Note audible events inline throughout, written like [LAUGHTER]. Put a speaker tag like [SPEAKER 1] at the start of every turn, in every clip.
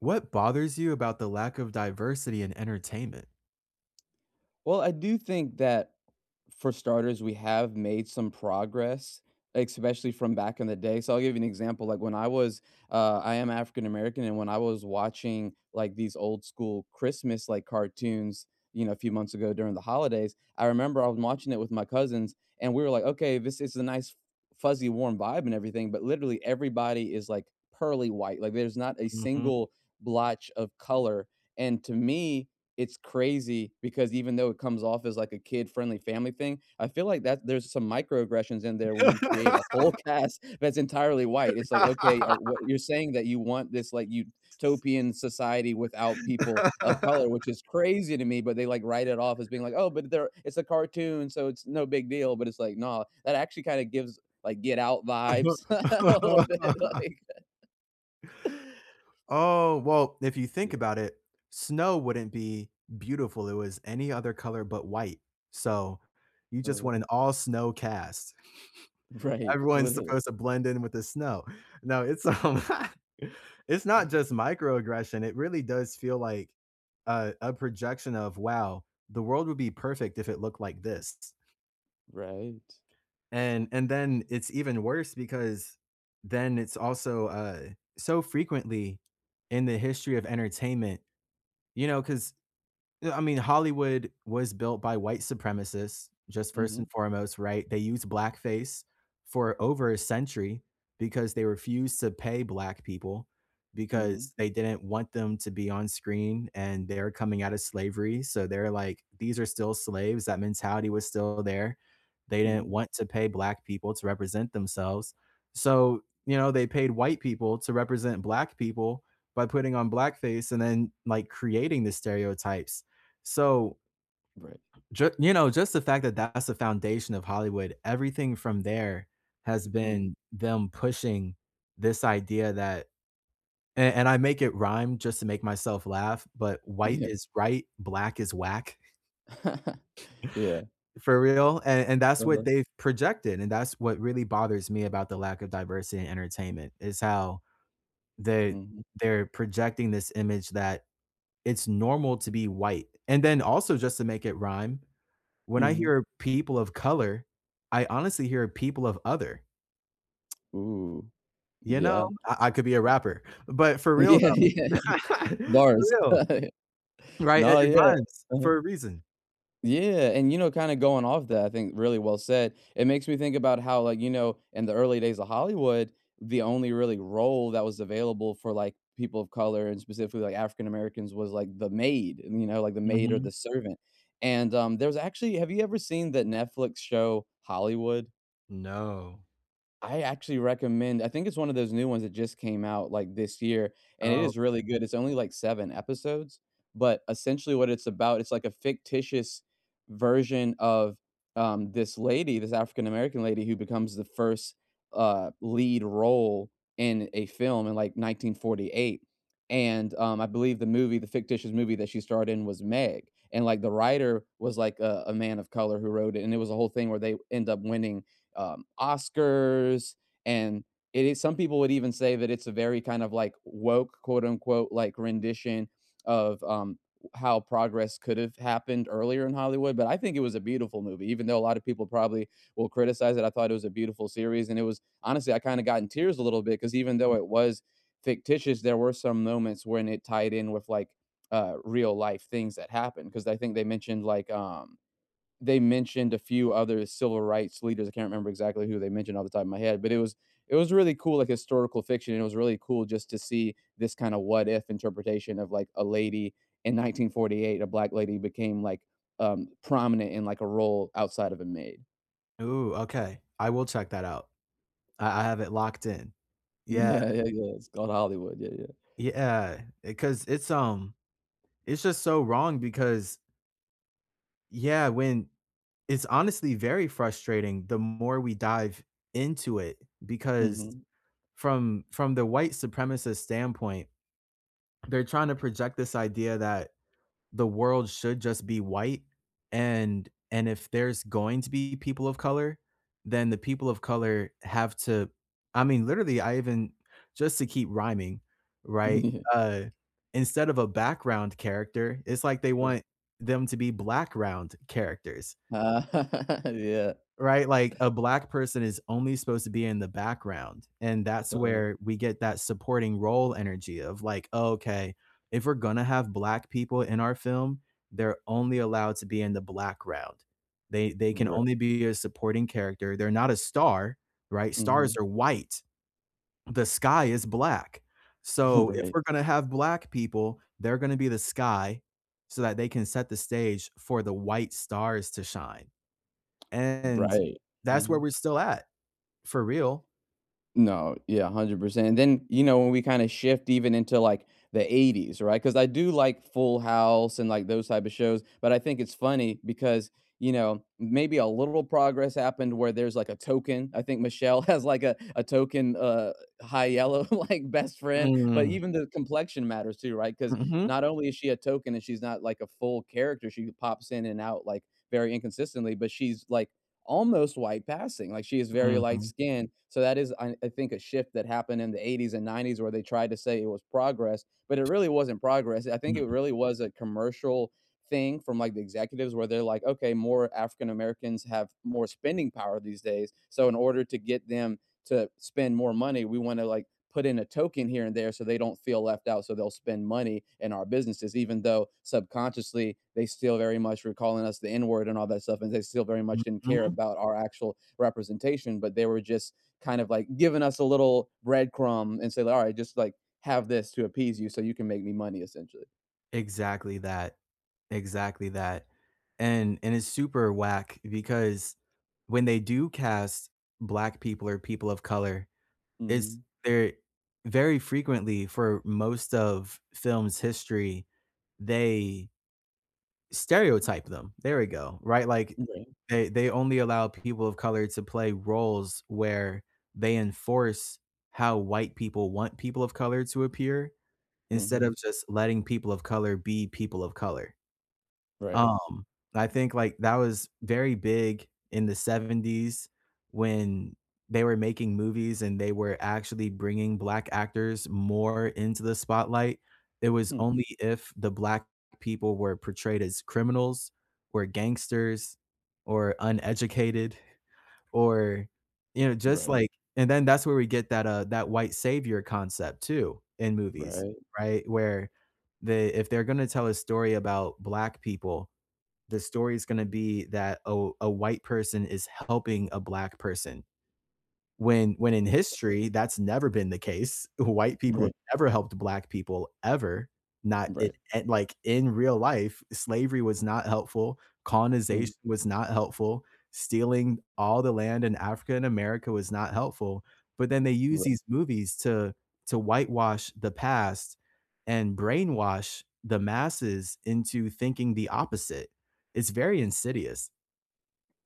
[SPEAKER 1] What bothers you about the lack of diversity in entertainment?
[SPEAKER 2] Well, I do think that for starters, we have made some progress, especially from back in the day. So I'll give you an example. Like I am African American, and when I was watching like these old school Christmas like cartoons, a few months ago during the holidays, I remember I was watching it with my cousins, and we were like, okay, this is a nice fuzzy warm vibe and everything, but literally everybody is like pearly white. Like there's not a
[SPEAKER 1] Mhm.
[SPEAKER 2] single blotch of color. And to me, it's crazy because even though it comes off as like a kid-friendly family thing, I feel like that there's some microaggressions in there when you create a whole cast [LAUGHS] that's entirely white. It's like, okay, are what you're saying that you want this like utopian society without people of color, which is crazy to me, but they like write it off as being like, "Oh, but they're it's a cartoon, so it's no big deal." But it's like, no, that actually kind of gives like Get Out vibes [LAUGHS] a little bit.
[SPEAKER 1] [LAUGHS]
[SPEAKER 2] [LAUGHS] Like,
[SPEAKER 1] Oh, well, if you think
[SPEAKER 2] yeah,
[SPEAKER 1] about it, snow wouldn't be beautiful, it was any other color but white, so you just
[SPEAKER 2] uh-huh.
[SPEAKER 1] want an all snow cast. [LAUGHS]
[SPEAKER 2] Right,
[SPEAKER 1] Everyone's
[SPEAKER 2] literally.
[SPEAKER 1] supposed to blend in with the snow. No, it's [LAUGHS] it's not just microaggression, it really does feel like a projection of, "Wow, the world would be perfect if it looked like this."
[SPEAKER 2] Right.
[SPEAKER 1] And then it's even worse because then it's also, so frequently in the history of entertainment, you know, because. Yeah, I mean, Hollywood was built by white supremacists, just
[SPEAKER 2] Mm.
[SPEAKER 1] first and
[SPEAKER 2] Mhm.
[SPEAKER 1] foremost, right? They used blackface for over a century because they refused to pay black people
[SPEAKER 2] Mm. Mhm.
[SPEAKER 1] because they didn't want them to be on screen and they're coming out of slavery. So they're like, these are still slaves. That mentality was still there. They didn't
[SPEAKER 2] Mhm.
[SPEAKER 1] want to pay black people to represent themselves. So, you know, they paid white people to represent black people by putting on blackface and then like creating the stereotypes so,
[SPEAKER 2] Right.
[SPEAKER 1] ju you know, just the fact that that's the foundation of Hollywood, everything from there has
[SPEAKER 2] Mm.
[SPEAKER 1] been them pushing this idea that and I make it rhyme just to make myself laugh, but white
[SPEAKER 2] Yeah.
[SPEAKER 1] is right, black is whack,
[SPEAKER 2] [LAUGHS] Yeah.
[SPEAKER 1] for real, and that's what
[SPEAKER 2] Uh-huh.
[SPEAKER 1] they've projected, and that's what really bothers me about the lack of diversity in entertainment, is how they
[SPEAKER 2] Mhm.
[SPEAKER 1] they're projecting this image that it's normal to be white, and then also just to make it rhyme, when I
[SPEAKER 2] Mhm.
[SPEAKER 1] hear people of color, I honestly hear people of other,
[SPEAKER 2] Ooh.
[SPEAKER 1] you know?
[SPEAKER 2] Yeah.
[SPEAKER 1] I could be a rapper, but
[SPEAKER 2] [LAUGHS]
[SPEAKER 1] for real
[SPEAKER 2] Yeah,
[SPEAKER 1] though.
[SPEAKER 2] yeah.
[SPEAKER 1] [LAUGHS] For
[SPEAKER 2] Bars.
[SPEAKER 1] real,
[SPEAKER 2] [LAUGHS]
[SPEAKER 1] right? It
[SPEAKER 2] No,
[SPEAKER 1] it
[SPEAKER 2] yeah.
[SPEAKER 1] rhymes
[SPEAKER 2] Uh-huh.
[SPEAKER 1] for a reason.
[SPEAKER 2] Yeah, and kinda going off that, I think really well said, it makes me think about how, like, you know, in the early days of Hollywood, the only really role that was available for, like, people of color and specifically, like, African Americans was, like, the maid, like the maid or
[SPEAKER 1] Mhm.
[SPEAKER 2] the servant, and, there was actually have you ever seen the Netflix show Hollywood?
[SPEAKER 1] No.
[SPEAKER 2] I actually recommend. I think it's one of those new ones that just came out, like, this year, and it
[SPEAKER 1] Oh,
[SPEAKER 2] is really good. It's only, like, 7 episodes, but essentially what it's about, it's like a fictitious version of, this lady, this African American lady who becomes the first, lead role in a film in, like, 1948, and, I believe the fictitious movie that she starred in was Meg, and, like, the writer was, like, a man of color who wrote it, and it was a whole thing where they end up winning Oscars, and it is. Some people would even say that it's a very kind of like woke, quote unquote, like rendition of how progress could have happened earlier in Hollywood. But I think it was a beautiful movie, even though a lot of people probably will criticize it. I thought it was a beautiful series, and it was honestly, I kind of got in tears a little bit because even though it was fictitious, there were some moments when it tied in with like real life things that happened because I think they mentioned a few other civil rights leaders. I can't remember exactly who they mentioned off the top of my head, but it was really cool, like historical fiction, and it was really cool just to see this kind of what if interpretation of like a lady in 1948, a black lady became like prominent in like a role outside of a maid. [LAUGHS]
[SPEAKER 1] ooh, okay. I will check that out. I have it locked in. Yeah,
[SPEAKER 2] Yeah, yeah, yeah. It's called Hollywood. Yeah, yeah.
[SPEAKER 1] yeah, because it's it's just so wrong because yeah, when it's honestly very frustrating the more we dive into it because
[SPEAKER 2] Mhm.
[SPEAKER 1] from the white supremacist standpoint, they're trying to project this idea that the world should just be white and if there's going to be people of color, then the people of color have to I mean, literally, I even just to keep rhyming, right?
[SPEAKER 2] [LAUGHS]
[SPEAKER 1] Uh instead of a background character, it's like they
[SPEAKER 2] Yeah.
[SPEAKER 1] want them to be blackground characters,
[SPEAKER 2] Uh, [LAUGHS] yeah.
[SPEAKER 1] right? Like a black person is only supposed to be in the background. And that's
[SPEAKER 2] Uh,
[SPEAKER 1] where we get that supporting role energy of like, oh, okay, if we're going to have black people in our film, they're only allowed to be in the black round. They can
[SPEAKER 2] right.
[SPEAKER 1] only be a supporting character. They're not a star, right? Stars
[SPEAKER 2] Mhm.
[SPEAKER 1] are white. The sky is black.
[SPEAKER 2] [LAUGHS]
[SPEAKER 1] So if
[SPEAKER 2] Right.
[SPEAKER 1] we're going to have black people, they're going to be the sky so that they can set the stage for the white stars to shine. And
[SPEAKER 2] Right.
[SPEAKER 1] that's where
[SPEAKER 2] Mhm.
[SPEAKER 1] we're still at, for real.
[SPEAKER 2] No, yeah, 100%. Then, when we kinda shift even into, like, the '80s, right? Because I do like Full House and, like, those type of shows, but I think it's funny because, maybe a little progress happened where there's, like, a token. I think Michelle [LAUGHS] has, like, a token, high yellow, [LAUGHS] like, best friend, but
[SPEAKER 1] Mm.
[SPEAKER 2] even the complexion matters too, right? Because
[SPEAKER 1] Mhm.
[SPEAKER 2] not only is she a token and she's not, like, a full character, she pops in and out, like, very inconsistently, but she's, like, almost white passing. Like she is very light
[SPEAKER 1] Mhm.
[SPEAKER 2] skinned. So that is, I think, a shift that happened in the '80s and '90s where they tried to say it was progress, but it really wasn't progress. I think it
[SPEAKER 1] Mm,
[SPEAKER 2] really was a commercial thing from like the executives where they're like, okay, more African Americans have more spending power these days. So in order to get them to spend more money. We want to like put in a token here and there so they don't feel left out. So they'll spend money in our businesses, even though subconsciously they still very much were calling us the N word and all that stuff. And they still very much didn't care
[SPEAKER 1] mhm.
[SPEAKER 2] about our actual representation, but they were just kind of like giving us a little breadcrumb and say, all right, just like have this to appease you so you can make me money essentially.
[SPEAKER 1] Exactly that, exactly that. And it's super whack because when they do cast black people or people of color, it's
[SPEAKER 2] Hmm.
[SPEAKER 1] they're very frequently for most of film's history, they stereotype them. There we go, right? Like,
[SPEAKER 2] Right.
[SPEAKER 1] they only allow people of color to play roles where they enforce how white people want people of color to appear, instead of
[SPEAKER 2] Hmm.
[SPEAKER 1] just letting people of color be people of color.
[SPEAKER 2] Right.
[SPEAKER 1] Um, I think, like, that was very big in the '70s when they were making movies and they were actually bringing black actors more into the spotlight. It was
[SPEAKER 2] Hmm.
[SPEAKER 1] only if the black people were portrayed as criminals or gangsters or uneducated or, you know, just
[SPEAKER 2] Right.
[SPEAKER 1] like and then that's where we get that, that white savior concept too in movies,
[SPEAKER 2] Right.
[SPEAKER 1] right? Where they if they're gonna tell a story about black people, the story is going to be that a white person is helping a black person when in history, that's never been the case. White people
[SPEAKER 2] Right.
[SPEAKER 1] have never helped black people ever, not in
[SPEAKER 2] Right.
[SPEAKER 1] and, like, in real life, slavery was not helpful,
[SPEAKER 2] Mm.
[SPEAKER 1] colonization was not helpful, stealing all the land in Africa and America was not helpful, but then they use these movies to whitewash the past and brainwash the masses into thinking the opposite. It's very insidious.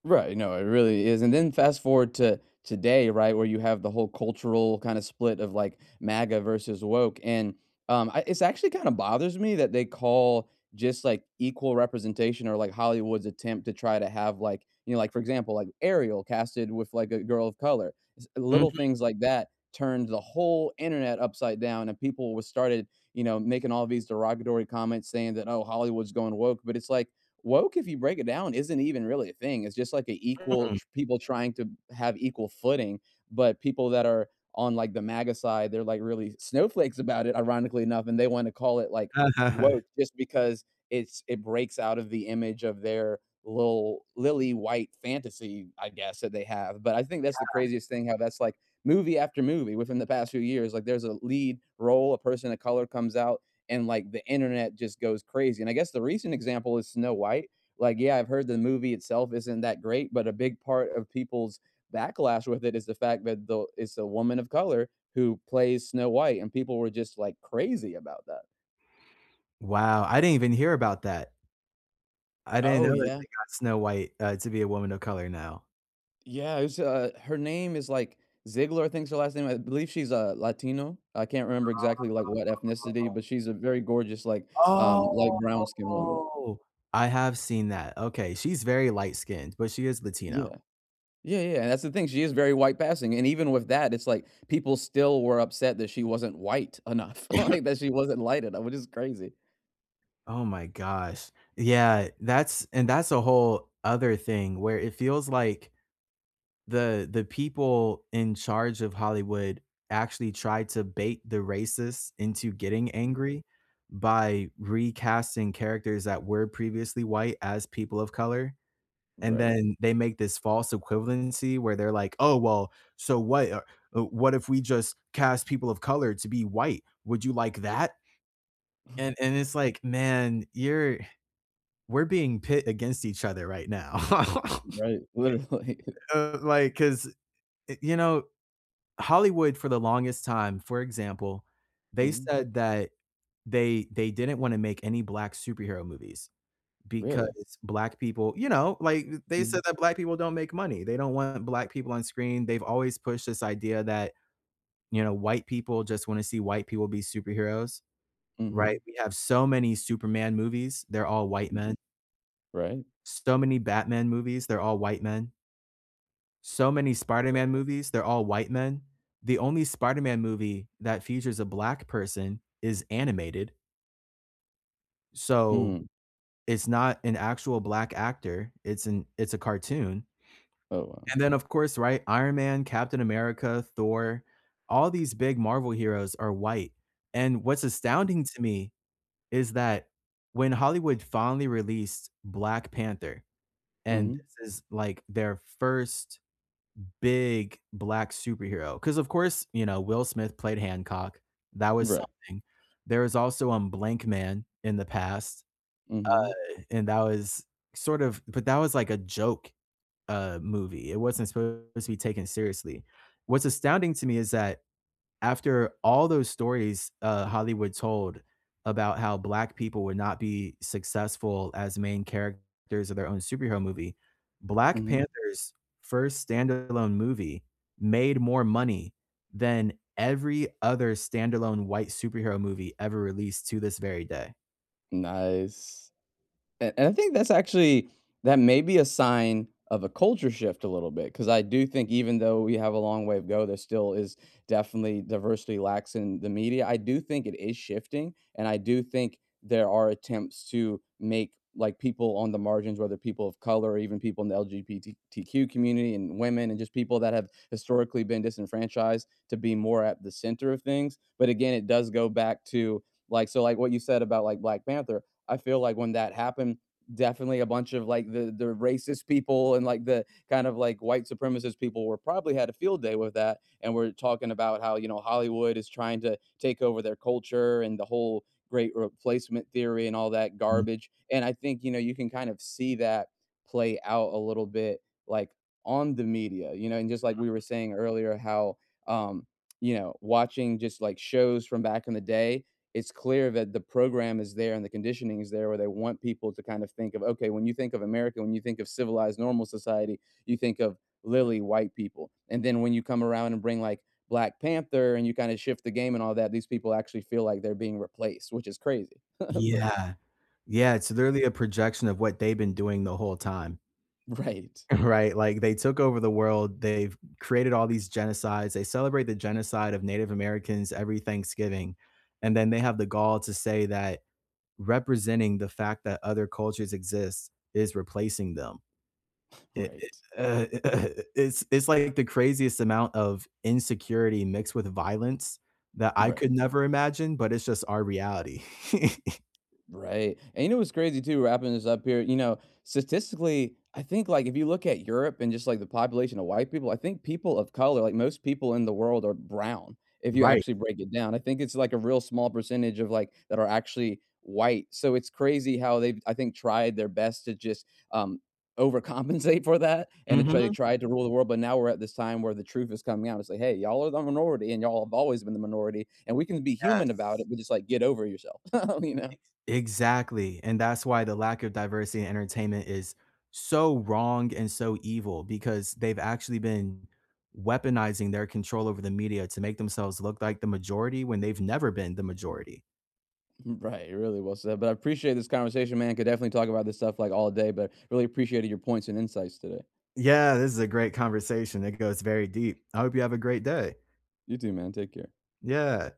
[SPEAKER 2] Right, no, it really is, and then fast forward to today, right, where you have the whole cultural kinda split of, like, MAGA versus woke, and, I it's actually kinda bothers me that they call just, like, equal representation or, like, Hollywood's attempt to try to have, like, like, for example, like, Ariel casted with, like, a girl of color. S little
[SPEAKER 1] Mhm.
[SPEAKER 2] things like that turned the whole internet upside down, and people was started, making all these derogatory comments saying that, "Oh, Hollywood's going woke," but it's like, woke, if you break it down, isn't even really a thing. It's just like people trying to have equal footing, but people that are on like the MAGA side, they're like really snowflakes about it, ironically enough, and they want to call it like
[SPEAKER 1] [LAUGHS]
[SPEAKER 2] woke just because it breaks out of the image of their little lily white fantasy, I guess, that they have. But I think that's the craziest thing how that's like movie after movie within the past few years. Like there's a lead role, a person of color comes out and like the internet just goes crazy. And I guess the recent example is Snow White. Like, yeah, I've heard the movie itself isn't that great, but a big part of people's backlash with it is the fact that the it's a woman of color who plays Snow White, and people were just like crazy about that.
[SPEAKER 1] Wow, I didn't even hear about that. I didn't
[SPEAKER 2] Oh
[SPEAKER 1] know that
[SPEAKER 2] yeah,
[SPEAKER 1] they got Snow White, to be a woman of color now.
[SPEAKER 2] yeah. It's her name is like Ziegler. I think's her last name. I believe she's a Latino. I can't remember exactly like what ethnicity, but she's a very gorgeous, like light brown skinned woman.
[SPEAKER 1] Oh! I have seen that. Okay, she's very light-skinned, but she is Latino.
[SPEAKER 2] Yeah. Yeah, yeah, and that's the thing, she is very white passing, and even with that, it's like people still were upset that she wasn't white enough, [LAUGHS] like, that she wasn't light enough, which is crazy.
[SPEAKER 1] Oh my gosh. Yeah, that's and that's a whole other thing where it feels like the people in charge of Hollywood actually tried to bait the racists into getting
[SPEAKER 2] Mhm.
[SPEAKER 1] angry by recasting characters that were previously white as people of color. And
[SPEAKER 2] Right.
[SPEAKER 1] then they make this false equivalency where they're like, "Oh, well, so what if we just cast people of color to be white? Would you like that?" And
[SPEAKER 2] [LAUGHS]
[SPEAKER 1] and it's like, "Man, you're we're being pit against each other right now." [LAUGHS]
[SPEAKER 2] Right, literally. [LAUGHS]
[SPEAKER 1] Like, 'cause, you know, Hollywood for the longest time, for example, they
[SPEAKER 2] Mhm.
[SPEAKER 1] said that they didn't wanna make any black superhero movies. Because
[SPEAKER 2] Really?
[SPEAKER 1] black people you know, like, they said
[SPEAKER 2] Mhm.
[SPEAKER 1] that black people don't make money. They don't want black people on screen. They've always pushed this idea that, you know, white people just wanna see white people be superheroes,
[SPEAKER 2] Mhm.
[SPEAKER 1] right? We have so many Superman movies, they're all white
[SPEAKER 2] Mm,
[SPEAKER 1] men.
[SPEAKER 2] right.
[SPEAKER 1] So many Batman movies, they're all white men. So many Spider-Man movies, they're all white men. The only Spider-Man movie that features a black person is animated, so
[SPEAKER 2] Hmm.
[SPEAKER 1] it's not an actual black actor, it's a cartoon.
[SPEAKER 2] Oh, wow.
[SPEAKER 1] And then, of course, right, Iron Man, Captain America, Thor, all these big Marvel heroes are white, and what's astounding to me is that when Hollywood finally released Black Panther, and
[SPEAKER 2] Mhm.
[SPEAKER 1] this is, like, their first big black superhero, because of course, you know, Will Smith played Hancock, that was
[SPEAKER 2] Right.
[SPEAKER 1] something. There was also, Blank Man in the past, uh,
[SPEAKER 2] Mhm.
[SPEAKER 1] and that was sort of but that was like a joke movie. It wasn't supposed to be taken seriously. What's astounding to me is that after all those stories Hollywood told about how black people would not be successful as main characters of their own superhero movie, Black
[SPEAKER 2] Mhm.
[SPEAKER 1] Panther's first standalone movie made more money than every other standalone white superhero movie ever released to this very day.
[SPEAKER 2] Nice. And I think that's actually, that may be a sign of a culture shift a little bit because I do think even though we have a long way to go, there still is definitely diversity lacks in the media. I do think it is shifting, and I do think there are attempts to make, like, people on the margins, whether people of color or even people in the LGBTQ community and women and just people that have historically been disenfranchised to be more at the center of things. But again, it does go back to, like so, like, what you said about, like, Black Panther, I feel like when that happened, definitely a bunch of like the racist people and like the kind of like white supremacist people were probably had a field day with that, and we're talking about how Hollywood is trying to take over their culture and the whole great replacement theory and all that
[SPEAKER 1] Mm.
[SPEAKER 2] garbage. And I think you can kind of see that play out a little bit like on the media, and just like we were saying earlier how um watching just like shows from back in the day, it's clear that the program is there and the conditioning is there where they want people to kind of think of, okay, when you think of America, when you think of civilized normal society, you think of lily white people. And then when you come around and bring like Black Panther and you kind of shift the game and all that, these people actually feel like they're being replaced, which is crazy. [LAUGHS] But
[SPEAKER 1] Yeah. Yeah, it's literally a projection of what they've been doing the whole time.
[SPEAKER 2] right.
[SPEAKER 1] [LAUGHS] Right, like, they took over the world, they've created all these genocides, they celebrate the genocide of Native Americans every Thanksgiving, and then they have the gall to say that representing the fact that other cultures exist is replacing them. It
[SPEAKER 2] Right.
[SPEAKER 1] uh, [LAUGHS] it's like the craziest amount of insecurity mixed with violence that I
[SPEAKER 2] Right.
[SPEAKER 1] could never imagine, but it's just our reality. [LAUGHS]
[SPEAKER 2] Right. And you know what's crazy too, wrapping this up here, statistically, I think like if you look at Europe and just like the population of white people, I think people of color, like most people in the world are brown if you
[SPEAKER 1] Right.
[SPEAKER 2] actually break it down. I think it's like a real small percentage of like that are actually white. So it's crazy how they've I think tried their best to just um overcompensate for that and to try they
[SPEAKER 1] Mhm.
[SPEAKER 2] tried to rule the world. But now we're at this time where the truth is coming out. It's like, hey, y'all are the minority and y'all have always been the minority and we can be human about it,
[SPEAKER 1] Yes.
[SPEAKER 2] but just like get over yourself. [LAUGHS] you know.
[SPEAKER 1] Exactly, and that's why the lack of diversity in entertainment is so wrong and so evil because they've actually been weaponizing their control over the media to make themselves look like the majority when they've never been the majority.
[SPEAKER 2] Right, really well said. But I appreciate this conversation, man. Could definitely talk about this stuff like all day, but really appreciated your points and insights today.
[SPEAKER 1] Yeah, this is a great conversation. It goes very deep. I hope you have a great day.
[SPEAKER 2] You too, man. Take care.
[SPEAKER 1] Yeah.